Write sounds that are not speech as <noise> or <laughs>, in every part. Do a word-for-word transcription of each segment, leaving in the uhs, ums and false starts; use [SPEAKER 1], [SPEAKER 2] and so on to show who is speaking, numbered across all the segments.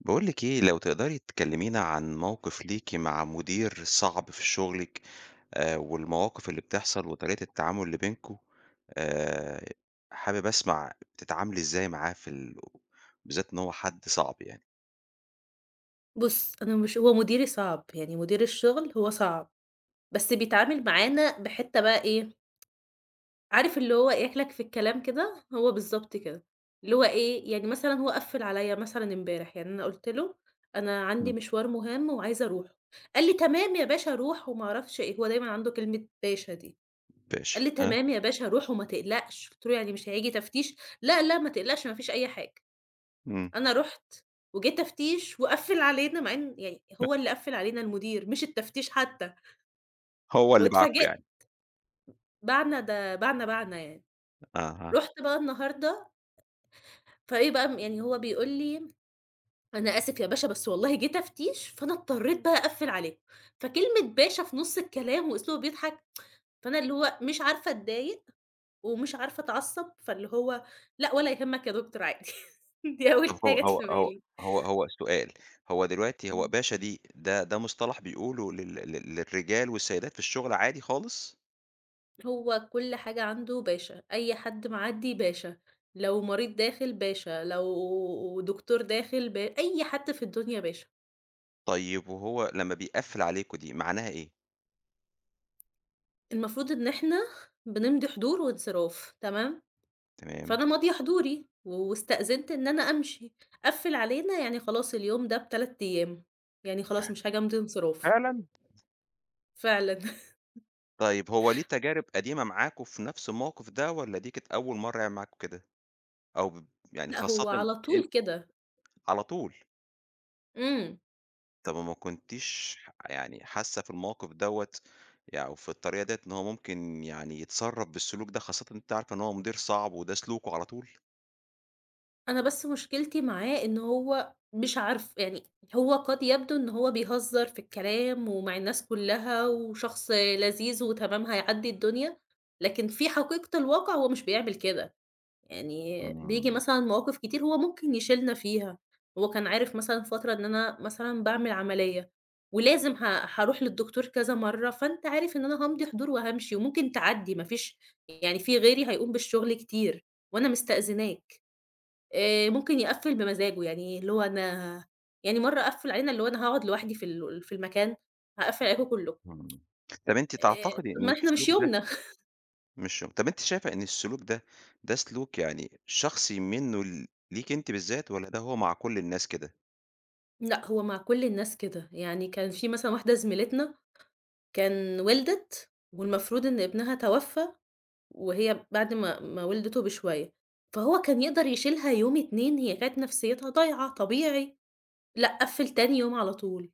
[SPEAKER 1] باقول لِك إيه، لو تقدري تكلمينا عن موقف ليكِ مع مدير صعب في شغلِك. آآ، والمواقف اللي بتحصل وطريقة التعامل اللي بينكم. آآ، حابب أسمع بتتعاملي إزاي معاه في ال بالذات إن هو حد صعب يعني؟
[SPEAKER 2] بُص، أنا مش هو مديري صعب، يعني مدير الشغل هو صعب، بس بيتعامل معانا بحتّة بقى إيه، عارف اللي هو ياكلك في الكلام كده، هو بالضبط كده، اللي هو إيه، يعني مثلًا هو قفّل عليّا مثلًا امبارح، يعني أنا قُلت له: "أنا عندي
[SPEAKER 1] إمم.
[SPEAKER 2] مشوار مهم وعايزة أروحه." قال لي: "تمام يا باشا روح." وما أعرفش إيه، هو دايمًا عنده كلمة باشا دي، قال
[SPEAKER 1] ماشي.
[SPEAKER 2] لي:
[SPEAKER 1] ها.
[SPEAKER 2] "تمام يا باشا روح وما تقلقش." قُلت له: "يعني مش هييجي تفتيش؟" "لأ، لأ، ما تقلقش ما فيش أي حاجة."
[SPEAKER 1] إمم.
[SPEAKER 2] أنا رُحت وجه تفتيش وقفّل علينا مع إن يعني هو اللي قفّل علينا المدير مش التفتيش حتى،
[SPEAKER 1] هو اللي معاكم
[SPEAKER 2] واتفاجئت
[SPEAKER 1] يعني.
[SPEAKER 2] باعنا ده باعنا، باعنا يعني.
[SPEAKER 1] أها.
[SPEAKER 2] رُحت بقى النهارده فإيه بقى م يعني هو بيقول لي: "أنا آسف يا باشا بس والله جه تفتيش، فأنا اضطريت بقى أقفّل عليكم." فكلمة باشا في نُص الكلام وأسلوبه بيضحك، فأنا اللي هو مش عارفة أتضايق ومش عارفة أتعصب، فاللي هو لأ ولا يهمك يا دكتور عادي. <laughs> دي أول
[SPEAKER 1] طب هو
[SPEAKER 2] حاجة جات
[SPEAKER 1] هو
[SPEAKER 2] في
[SPEAKER 1] هو
[SPEAKER 2] بالي.
[SPEAKER 1] هو هو سؤال. هو دلوقتي هو
[SPEAKER 2] إمم.
[SPEAKER 1] باشا دي ده ده مصطلح بيقولوا لل لل للرجال والسيدات في الشغل عادي خالص؟
[SPEAKER 2] هو كل حاجة عنده باشا، أي حد معدّي باشا، لو مريض داخل باشا، لو دكتور داخل ب أي حد في الدنيا باشا.
[SPEAKER 1] طيب وهو لمّا بيقفّل عليكم دي معناها إيه؟
[SPEAKER 2] المفروض إن إحنا بنمضي حضور وانصراف تمام؟
[SPEAKER 1] تمام.
[SPEAKER 2] فأنا ماضية حضوري و واستأذنت إن أنا أمشي، قفّل علينا يعني خلاص اليوم ده بتلات أيام، يعني خلاص مش هاجي أمضي انصراف
[SPEAKER 1] فعلًا!
[SPEAKER 2] فعلًا. <laughs>
[SPEAKER 1] طيب هو ليه تجارب قديمة معاكم في نفس الموقف ده والّا دي كانت أول مرّة يعمل معاكم كده؟ أو ب يعني
[SPEAKER 2] لأ
[SPEAKER 1] خاصةً
[SPEAKER 2] هو على طول
[SPEAKER 1] أنتِ
[SPEAKER 2] كده.
[SPEAKER 1] على طول.
[SPEAKER 2] إمم.
[SPEAKER 1] طب ما كنتيش يعني حاسة في الموقف دوّة ي أو في الطريقة ديّة إن هو ممكن يعني يتصرّف بالسلوك ده خاصةً أنتِ عارفة إن هو مدير صعب وده سلوكه على طول؟
[SPEAKER 2] أنا بس مشكلتي معاه إن هو مش عارف يعني هو قد يبدو إن هو بيهزّر في الكلام ومع الناس كلّها وشخص لذيذ وتمام هيعدّي الدنيا، لكن في حقيقة الواقع هو مش بيعمل كده، يعني بييجي
[SPEAKER 1] إمم.
[SPEAKER 2] مثلًا مواقف كتير هو ممكن يشيلنا فيها، هو كان عارف مثلًا فترة إن أنا مثلًا باعمل عملية ولازم ه هاروح للدكتور كذا مرّة، فأنت عارف إن أنا هامضي حضور وهامشي وممكن تعدّي ما فيش يعني في غيري هيقوم بالشغل كتير وأنا مستأذناك. آآ ممكن يقفّل بمزاجه، يعني اللي هو أنا يعني مرّة قفّل علينا اللي هو أنا هاقعد لوحدي في ال في المكان، هاقفّل عليكم كلّكم،
[SPEAKER 1] إمم. طب أنتِ
[SPEAKER 2] آآ
[SPEAKER 1] تعتقدي
[SPEAKER 2] طَب
[SPEAKER 1] إن
[SPEAKER 2] ما إحنا مش
[SPEAKER 1] السلوك ده
[SPEAKER 2] يومنا. <laughs>
[SPEAKER 1] مش طب أنتِ شايفة إن السلوك ده، ده سلوك يعني شخصي منّه ل ليكِ أنتِ بالذات والّا ده هو مع كل الناس كده؟
[SPEAKER 2] لأ، هو مع كل الناس كده، يعني كان في مثلًا واحدة زميلتنا كان وِلدِت والمفروض إن ابنها توفّى وهي بعد ما ما وِلدته بشوية، فهو كان يقدر يشيلها يوم، اتنين، هي كانت نفسيتها ضايعة طبيعي، لأ قفّل تاني يوم على طول.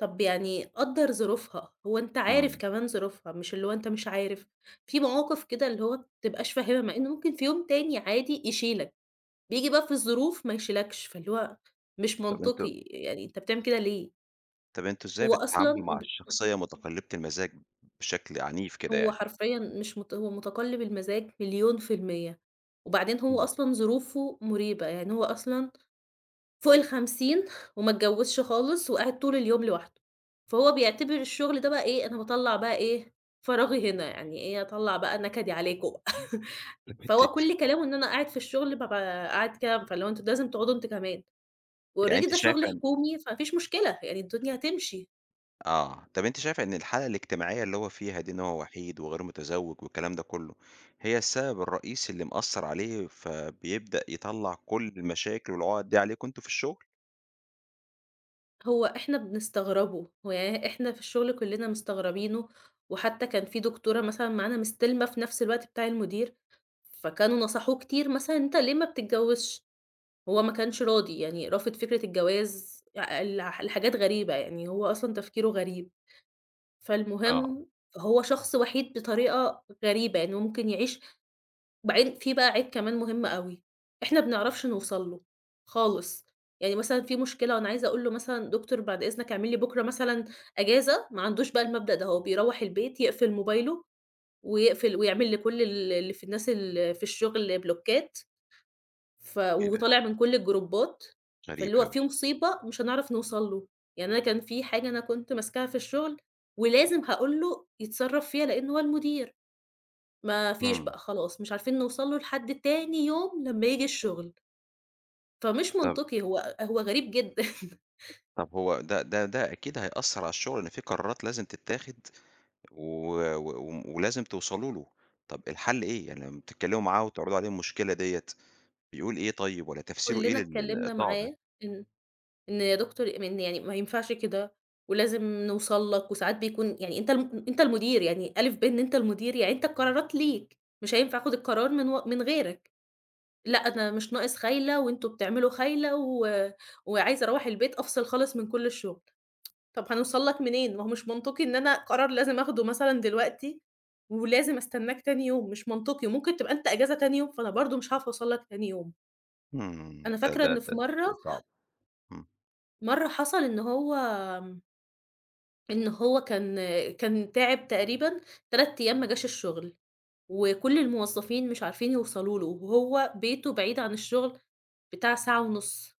[SPEAKER 2] طب يعني قدّر ظروفها، هو أنت عارف
[SPEAKER 1] إمم.
[SPEAKER 2] كمان ظروفها، مش اللي هو أنت مش عارف، في مواقف كده اللي هو ما بتبقاش فاهمها، مع إنه ممكن في يوم تاني عادي يشيلك، بييجي بقى في الظروف ما يشيلكش، فاللي هو مش
[SPEAKER 1] طب
[SPEAKER 2] منطقي،
[SPEAKER 1] أنتم
[SPEAKER 2] يعني أنت بتعمل كده ليه؟
[SPEAKER 1] طب أنتم إزاي
[SPEAKER 2] هو
[SPEAKER 1] بتتعاملوا
[SPEAKER 2] أصلًا
[SPEAKER 1] مع
[SPEAKER 2] ب
[SPEAKER 1] الشخصية متقلبة المزاج بشكل عنيف كده
[SPEAKER 2] هو
[SPEAKER 1] يعني؟
[SPEAKER 2] حرفيًا مش مت هو متقلّب المزاج مليون في المِيّة، وبعدين هو
[SPEAKER 1] إمم.
[SPEAKER 2] أصلًا ظروفه مُريبة، يعني هو أصلًا فوق الخمسين وما اتجوّزش خالص وقاعد طول اليوم لوحده، فهو بيعتبر الشغل ده بقى إيه، أنا باطلّع بقى إيه، فراغي هنا، يعني إيه، أطلّع بقى نكدي عليكم <laughs> بقى.
[SPEAKER 1] طب أنتِ
[SPEAKER 2] فهو كل كلامه إن أنا قاعد في الشغل بابقى قاعد كده، فاللي هو أنتم لازم تقعدوا أنتم كمان
[SPEAKER 1] يعني
[SPEAKER 2] وalready
[SPEAKER 1] أنتِ
[SPEAKER 2] ده شغل
[SPEAKER 1] شايفة إن
[SPEAKER 2] حكومي، فما فيش مشكلة، يعني الدنيا هتمشي.
[SPEAKER 1] آه. طب أنتِ شايفة إن الحالة الاجتماعية اللي هو فيها دي إن هو وحيد وغير متزوج والكلام ده كله، هي السبب الرئيسي اللي مأثّر عليه فبيبدأ يطلّع كل المشاكل والعقد دي عليكم أنتم في الشغل؟
[SPEAKER 2] هو إحنا بنستغربه، هو يعني إحنا في الشغل كُلّنا مستغربينه وحتى كان في دكتورة مثلًا معانا مستلمة في نفس الوقت بتاع المدير، فكانوا نصحوه كتير مثلًا: "أنت ليه ما بتتجوّزش؟" هو ما كانش راضي، يعني رافض فكرة الجواز أ لح لحاجات غريبة، يعني هو أصلًا تفكيره غريب.
[SPEAKER 1] آه.
[SPEAKER 2] فالمهم هو شخص وحيد بطريقة غريبة، يعني هو ممكن يعيش وبعدين في بقى عيب كمان مهم أوي، إحنا ما بنعرفش نوصل له خالص. يعني مثلًا في مشكلة وأنا عايزة أقول له مثلًا دكتور بعد إذنك اعمل لي بكرة مثلًا أجازة، ما عندوش بقى المبدأ ده، هو بيروّح البيت يقفل موبايله ويقفل ويعمل لكل ال اللي في الناس ال في الشغل بلوكات ف
[SPEAKER 1] إيه ده!
[SPEAKER 2] وطالع من كل الجروبات،
[SPEAKER 1] غريب
[SPEAKER 2] فاللي هو
[SPEAKER 1] أوي.
[SPEAKER 2] في مصيبة مش هنعرف نوصل له، يعني أنا كان في حاجة أنا كنت ماسكاها في الشغل ولازم هاقول له يتصرّف فيها لإن هو المدير، ما فيش
[SPEAKER 1] إمم.
[SPEAKER 2] بقى خلاص مش عارفين نوصل له لحد تاني يوم لمّا ييجي الشغل، فمش
[SPEAKER 1] طب
[SPEAKER 2] منطقي هو هو غريب جدًا. <laughs>
[SPEAKER 1] طب هو ده ده ده أكيد هيأثّر على الشغل إن في قرارات لازم تتاخد. و و ولازم توصلوا له. طب الحل إيه؟ يعني لمّا بتتكلموا معاه وتعرضوا عليه المشكلة ديّة، بيقول إيه طيب والّا تفسيره إيه
[SPEAKER 2] كُلّنا
[SPEAKER 1] لل
[SPEAKER 2] اتكلّمنا
[SPEAKER 1] للإيقاع ده؟
[SPEAKER 2] معاه إن إن يا دكتور إن يعني ما ينفعش كده ولازم نوصل لك وساعات بيكون يعني أنت الم أنت المدير يعني ألِف، ب إن أنت المدير، يعني أنت القرارات ليك، مش هينفع آخُد القرار من و من غيرك. لأ، أنا مش ناقص خايلة وأنتم بتعملوا خايلة و وعايزة أروّح البيت أفصل خالص من كل الشغل. طب هنوصل لك منين؟ ما هو مش منطقي إن أنا قرار لازم آخده مثلًا دلوقتي ولازم أستناك تاني يوم، مش منطقي. وممكن تبقى أنت إجازة تاني يوم، فأنا برضه مش هاعرف أوصل لك تاني يوم.
[SPEAKER 1] إمم.
[SPEAKER 2] أنا
[SPEAKER 1] ده
[SPEAKER 2] فاكرة
[SPEAKER 1] ده
[SPEAKER 2] إن في
[SPEAKER 1] ده
[SPEAKER 2] مرّة
[SPEAKER 1] شيء صعب. إمم.
[SPEAKER 2] مرّة حصل إن هو آمم، إن هو كان كان تعب تقريبًا تلات أيام ما جاش الشغل، وكل الموظفين مش عارفين يوصلوا له، وهو بيته بعيد عن الشغل بتاع ساعة ونُص.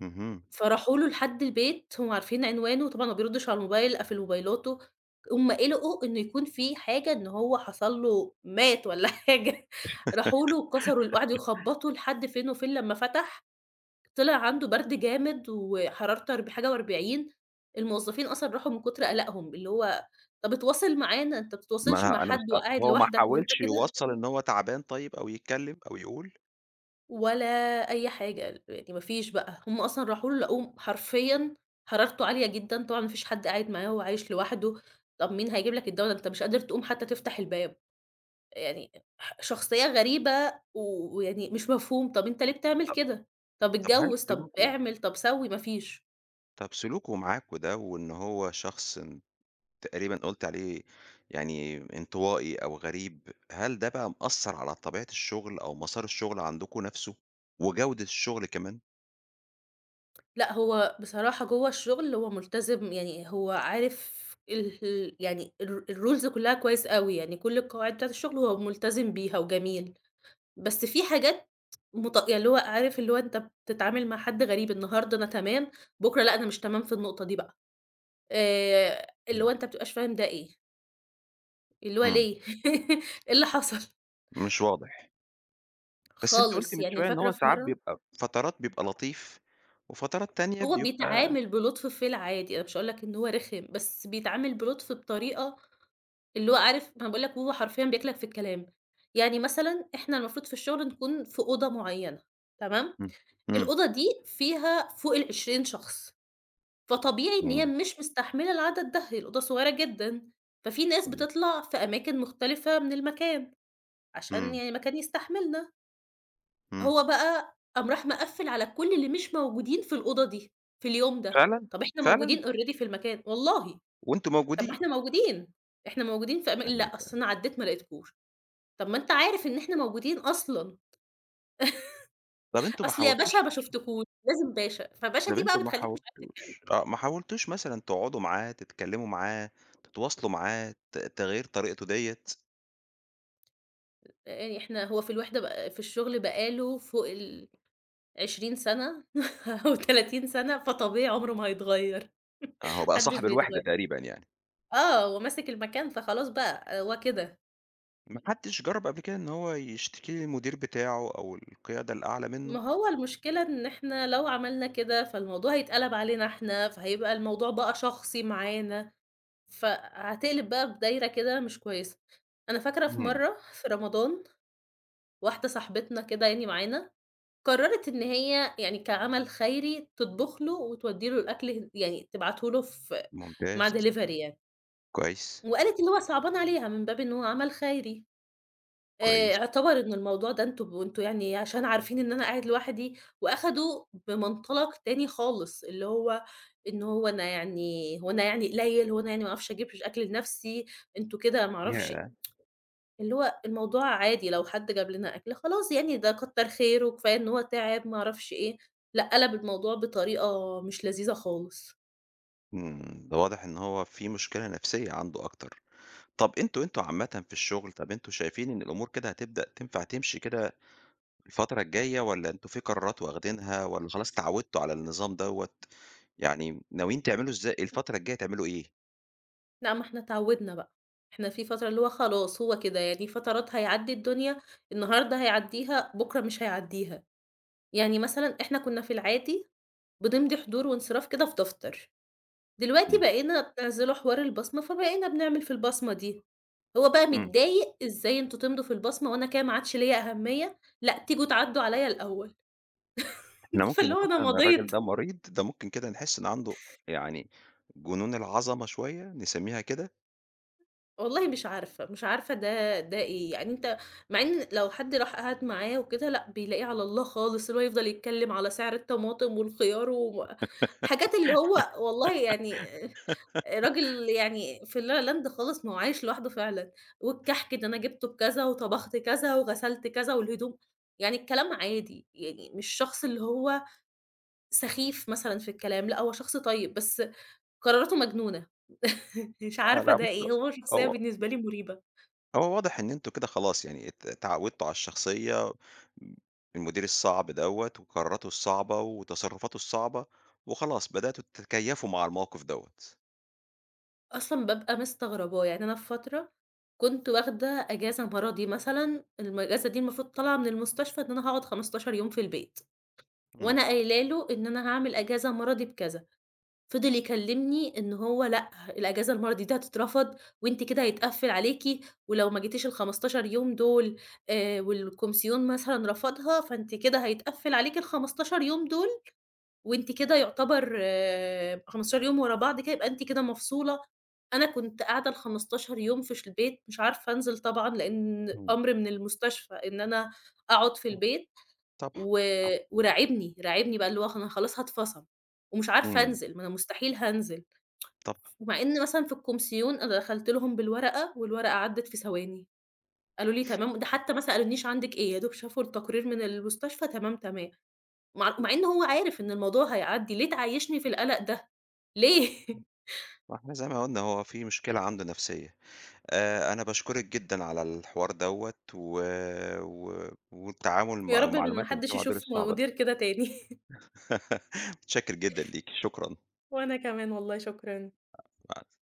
[SPEAKER 1] اهم.
[SPEAKER 2] فراحوا له لحد البيت، هم عارفين عنوانه، طبعًا هو ما بيردش على الموبايل، قافل موبايلاته، هم قلقوا إنه يكون في حاجة، إن هو حصل له مات والّا <laughs> حاجة، راحوا له وكسروا ال وقعدوا يخبطوا لحد فين وفين، لمّا فتح طلع عنده برد جامد وحرارة أرب حاجة وأربعين، الموظفين أصلًا راحوا من كتر قلقهم، اللي هو طَب اتواصل معانا، أنت ما بتتواصلش مع
[SPEAKER 1] ما أنا
[SPEAKER 2] حد
[SPEAKER 1] مستغ
[SPEAKER 2] وقاعد
[SPEAKER 1] هو ما
[SPEAKER 2] لوحدك وأنت
[SPEAKER 1] حاولش
[SPEAKER 2] كده؟
[SPEAKER 1] يوصّل إن هو تعبان طيب أو يتكلم أو يقول؟
[SPEAKER 2] ولا أي حاجة، يعني ما فيش بقى، هُم أصلًا راحوا له لقوه حرفيًا حرارته عالية جدًا، طبعًا ما فيش حد قاعد معاه هو عايش لوحده، طَب مين هيجيب لك الدوا ده أنت مش قادر تقوم حتى تفتح الباب، يعني ح شخصية غريبة و ويعني مش مفهوم، طَب أنت ليه بتعمل
[SPEAKER 1] طب
[SPEAKER 2] كده؟ طَب
[SPEAKER 1] طب هل
[SPEAKER 2] اتجوّز، طَب
[SPEAKER 1] سلوكه
[SPEAKER 2] اعمل، طَب سوّي، ما فيش.
[SPEAKER 1] طب سلوكه معاكم ده وإن هو شخص تقريبًا قُلت عليه يعني انطوائي أو غريب، هل ده بقى مأثّر على طبيعة الشغل أو مسار الشغل عندكم نَفْسه وجودة الشغل كمان؟
[SPEAKER 2] لأ هو بصراحة جوّه الشغل هو ملتزم، يعني هو عارف ال ال- يعني الر الrules كلّها كويس أوي، يعني كل القواعد بتاعة الشغل هو ملتزم بيها وجميل. بس في حاجات مت يعني اللي هو عارف اللي هو أنت بتتعامل مع حد غريب، النهارده أنا تمام، بُكرة لأ أنا مش تمام في النقطة دي بقى، آآ اللي
[SPEAKER 1] إمم.
[SPEAKER 2] هو أنت ما بتبقاش فاهم ده إيه، اللي هو
[SPEAKER 1] إمم.
[SPEAKER 2] ليه، <laughs> إيه اللي حصل؟
[SPEAKER 1] مش واضح. بس أنت قُلت
[SPEAKER 2] خالص،
[SPEAKER 1] من
[SPEAKER 2] يعني
[SPEAKER 1] شوية إن
[SPEAKER 2] فاكرة
[SPEAKER 1] هو
[SPEAKER 2] في
[SPEAKER 1] ساعات
[SPEAKER 2] مرة
[SPEAKER 1] بيبقى فترات بيبقى لطيف وفترات تانية
[SPEAKER 2] هو
[SPEAKER 1] بيبقى.
[SPEAKER 2] بيتعامل بلطف في العادي، أنا مش هاقول لك إن هو رخم، بس بيتعامل بلطف بطريقة اللي هو عارف ما أنا باقول لك هو حرفيًا بياكلك في الكلام، يعني مثلًا إحنا المفروض في الشغل نكون في أوضة معيّنة، تمام،
[SPEAKER 1] إمم. إمم.
[SPEAKER 2] الأوضة دي فيها فوق ال20 شخص. فطبيعي إن هي
[SPEAKER 1] إمم.
[SPEAKER 2] مش مستحملة العدد ده، هي الأوضة صغيرة جدًا، ففي ناس
[SPEAKER 1] كويس.
[SPEAKER 2] بتطلع في أماكن مختلفة من المكان، عشان
[SPEAKER 1] إمم.
[SPEAKER 2] يعني المكان يستحملنا.
[SPEAKER 1] إمم.
[SPEAKER 2] هو بقى قام راح مقفّل على كل اللي مش موجودين في الأوضة دي، في اليوم ده.
[SPEAKER 1] فعلًا.
[SPEAKER 2] طب إحنا
[SPEAKER 1] فعلًا!
[SPEAKER 2] موجودين already في المكان، والله!
[SPEAKER 1] وأنتم
[SPEAKER 2] طب ما
[SPEAKER 1] موجودين.
[SPEAKER 2] إحنا موجودين، إحنا موجودين في أما
[SPEAKER 1] غريب،
[SPEAKER 2] لأ،
[SPEAKER 1] آه.
[SPEAKER 2] أصل أنا عدّيت ما لقيتكوش. طب ما أنت عارف إن إحنا موجودين أصلًا،
[SPEAKER 1] طَب أنتم ما
[SPEAKER 2] أصل يا
[SPEAKER 1] حاولتوش
[SPEAKER 2] باشا ما شُفتكوش، لازم باشا. فباشا
[SPEAKER 1] طب
[SPEAKER 2] دي بقى
[SPEAKER 1] أنتم ما
[SPEAKER 2] بتخلّيك مش عارف
[SPEAKER 1] حاولتوش آه، ما حاولتوش مثلًا تقعدوا معاه، تتكلموا معاه، تتواصلوا معاه، ت تغيير طريقته ديّة؟
[SPEAKER 2] يعني إحنا هو في الوِحدة بقى في الشغل بقى له فوق ال عشرين سنة <laughs> أو تلاتين سنة، فطبيعي عمره ما هيتغيّر،
[SPEAKER 1] آه، هو
[SPEAKER 2] ما
[SPEAKER 1] بقى
[SPEAKER 2] حدّش
[SPEAKER 1] صاحب الوحدة
[SPEAKER 2] بيتغيّر.
[SPEAKER 1] تقريبًا يعني.
[SPEAKER 2] آه، هو ماسك المكان فخلاص بقى هو كده.
[SPEAKER 1] ما حدش جرّب قبل كده إن هو يشتكي للمدير بتاعه أو القيادة الأعلى
[SPEAKER 2] ما
[SPEAKER 1] منه؟
[SPEAKER 2] هو المشكلة إن إحنا لو عملنا كده فالموضوع هيتقلب علينا إحنا، فهيبقى الموضوع بقى شخصي معانا، فهتقلب بقى بدايرة كده مش كويسة. أنا فاكرة في
[SPEAKER 1] إمم.
[SPEAKER 2] مرّة في رمضان واحدة صاحبتنا كده يعني معانا، قرّرت إن هي يعني كعمل خيري تطبخ له وتودّي له الأكل ه يعني تبعته له في مع
[SPEAKER 1] ممتاز.
[SPEAKER 2] delivery يعني.
[SPEAKER 1] كويس.
[SPEAKER 2] وقالت اللي هو صعبان عليها من باب إن هو عمل خيري، آآ
[SPEAKER 1] كويس.
[SPEAKER 2] اعتبر إن الموضوع ده أنتم أنتم يعني عشان عارفين إن أنا قاعد لوحدي، وأخدوا بمنطلق تاني خالص، اللي هو إن هو أنا يعني هو أنا يعني قليل، هو أنا يعني ما اعرفش أجيب أكل لنفسي، أنتم كده ما اعرفش إيه.
[SPEAKER 1] ياه!
[SPEAKER 2] اللي هو الموضوع عادي لو حد جاب لنا أكل خلاص يعني ده كتّر خيره، كفاية إن هو تعب ما اعرفش إيه، لأ قلب الموضوع بطريقة مش لذيذة خالص.
[SPEAKER 1] إمم. ده واضح إن هو في مشكلة نفسية عنده أكتر. طب أنتم أنتم عامةً في الشغل، طب أنتم شايفين إن الأمور كده هتبدأ تنفع تمشي كده الفترة الجاية والّا أنتم في قرارات واخدينها والّا خلاص اتعودتوا على النظام دوّة؟ يعني ناويين تعملوا إزاي الفترة الجاية تعملوا إيه؟
[SPEAKER 2] لأ، ما إحنا اتعودنا بقى، إحنا في فترة اللي هو خلاص هو كده، يعني فترات هيعدّي الدنيا، النهارده هيعدّيها، بُكرة مش هيعدّيها، يعني مثلًا إحنا كنا في العادي بنمضي حضور وانصراف كده في دفتر، دلوقتي
[SPEAKER 1] إمم.
[SPEAKER 2] بقينا بتعزلوا حوار البصمة، فبقينا بنعمل في البصمة دي، هو بقى
[SPEAKER 1] إمم.
[SPEAKER 2] متضايق إزاي أنتم تمضوا في البصمة وأنا كده ما عادش ليّا أهمية، لأ، تيجوا تعدّوا عليّا الأول
[SPEAKER 1] إحنا
[SPEAKER 2] <laughs>
[SPEAKER 1] ممكن
[SPEAKER 2] فاللي هو أنا
[SPEAKER 1] نفسر إن الراجل
[SPEAKER 2] مضيت.
[SPEAKER 1] ده مريض، ده ممكن كده نحس إن عنده يعني جنون العظمة شوية نسميها كده.
[SPEAKER 2] والله مش عارفة، مش عارفة ده ده إيه، يعني أنت مع إن لو حد راح قعد معاه وكده لأ، بيلاقيه على الله خالص، اللي هو يفضل يتكلّم على سعر الطماطم والخيار و حاجات اللي هو والله يعني راجل يعني في اللا لا لاند خالص، ما هو عايش لوحده فعلًا، والكحك ده أنا جِبته بكذا وطبخت كذا وغسلت كذا والهدوم يعني الكلام عادي، يعني مش شخص اللي هو سخيف مثلًا في الكلام، لأ هو شخص طيب، بس قراراته مجنونة، <laughs> مش
[SPEAKER 1] آه،
[SPEAKER 2] عارفة
[SPEAKER 1] لأ
[SPEAKER 2] ده إيه،
[SPEAKER 1] بُص.
[SPEAKER 2] هو شخصية
[SPEAKER 1] هو
[SPEAKER 2] بالنسبة لي مُريبة.
[SPEAKER 1] هو واضح إن أنتم كده خلاص يعني ات اتعودتوا على الشخصية، المدير الصعب دوّة وقراراته الصعبة وتصرفاته الصعبة، وخلاص بدأتوا تتكيفوا مع الموقف دوّة.
[SPEAKER 2] أصلًا بابقى مستغرباه، يعني أنا في فترة كنت واخدة أجازة مرضي مثلًا، الأجازة دي المفروض طالعة من المستشفى إن أنا هاقعد خمستاشر يوم في البيت،
[SPEAKER 1] إمم.
[SPEAKER 2] وأنا قايلة له إن أنا هاعمل أجازة مرضي بكذا، فضل يكلمني إن هو لأ، الأجازة المرضي دي هتترفض وأنتِ كده هيتقفل عليكِ، ولو ما جيتيش الخمستاشر يوم دول آآ والكومسيون مثلًا رفضها، فأنتِ كده هيتقفل عليكِ الخمستاشر يوم دول وأنتِ كده يعتبر خمسة عشر يوم ورا بعض كده يبقى أنتِ كده مفصولة، أنا كنت قاعدة الخمستاشر يوم في ش البيت مش عارفة أنزل طبعًا لإن
[SPEAKER 1] إمم.
[SPEAKER 2] أمر من المستشفى إن أنا أقعد في البيت
[SPEAKER 1] طبعًا.
[SPEAKER 2] و وراعبني، راعبني بقى اللي هو أنا خلاص هاتفصل ومش عارفة
[SPEAKER 1] إمم.
[SPEAKER 2] أنزل، ما أنا مستحيل هانزل،
[SPEAKER 1] طبعًا.
[SPEAKER 2] ومع إن مثلًا في الكومسيون أنا دخلت لهم بالورقة والورقة عدّت في ثواني، قالوا لي: "تمام." ده حتى ما سألونيش عندِك إيه، يا دوب شافوا التقرير من المستشفى تمام، تمام. مع مع إن هو عارف إن الموضوع هيعدّي، ليه تعيّشني في القلق ده؟ ليه؟ <laughs>
[SPEAKER 1] ما إحنا زي ما قُلنا هو في مشكلة عنده نفسية. آآ، أنا باشكرِك جدًا على الحوار دوّة و و والتعامل
[SPEAKER 2] يا
[SPEAKER 1] مع
[SPEAKER 2] رب إن ما
[SPEAKER 1] المعلومات اللي فيها
[SPEAKER 2] حدّش
[SPEAKER 1] المقادير
[SPEAKER 2] يشوف
[SPEAKER 1] الصعبة ده.
[SPEAKER 2] مدير كده تاني. <laughs>
[SPEAKER 1] <laughs> متشكر جدًا ليكِ، شكرًا.
[SPEAKER 2] وأنا كمان والله شكرًا.
[SPEAKER 1] مع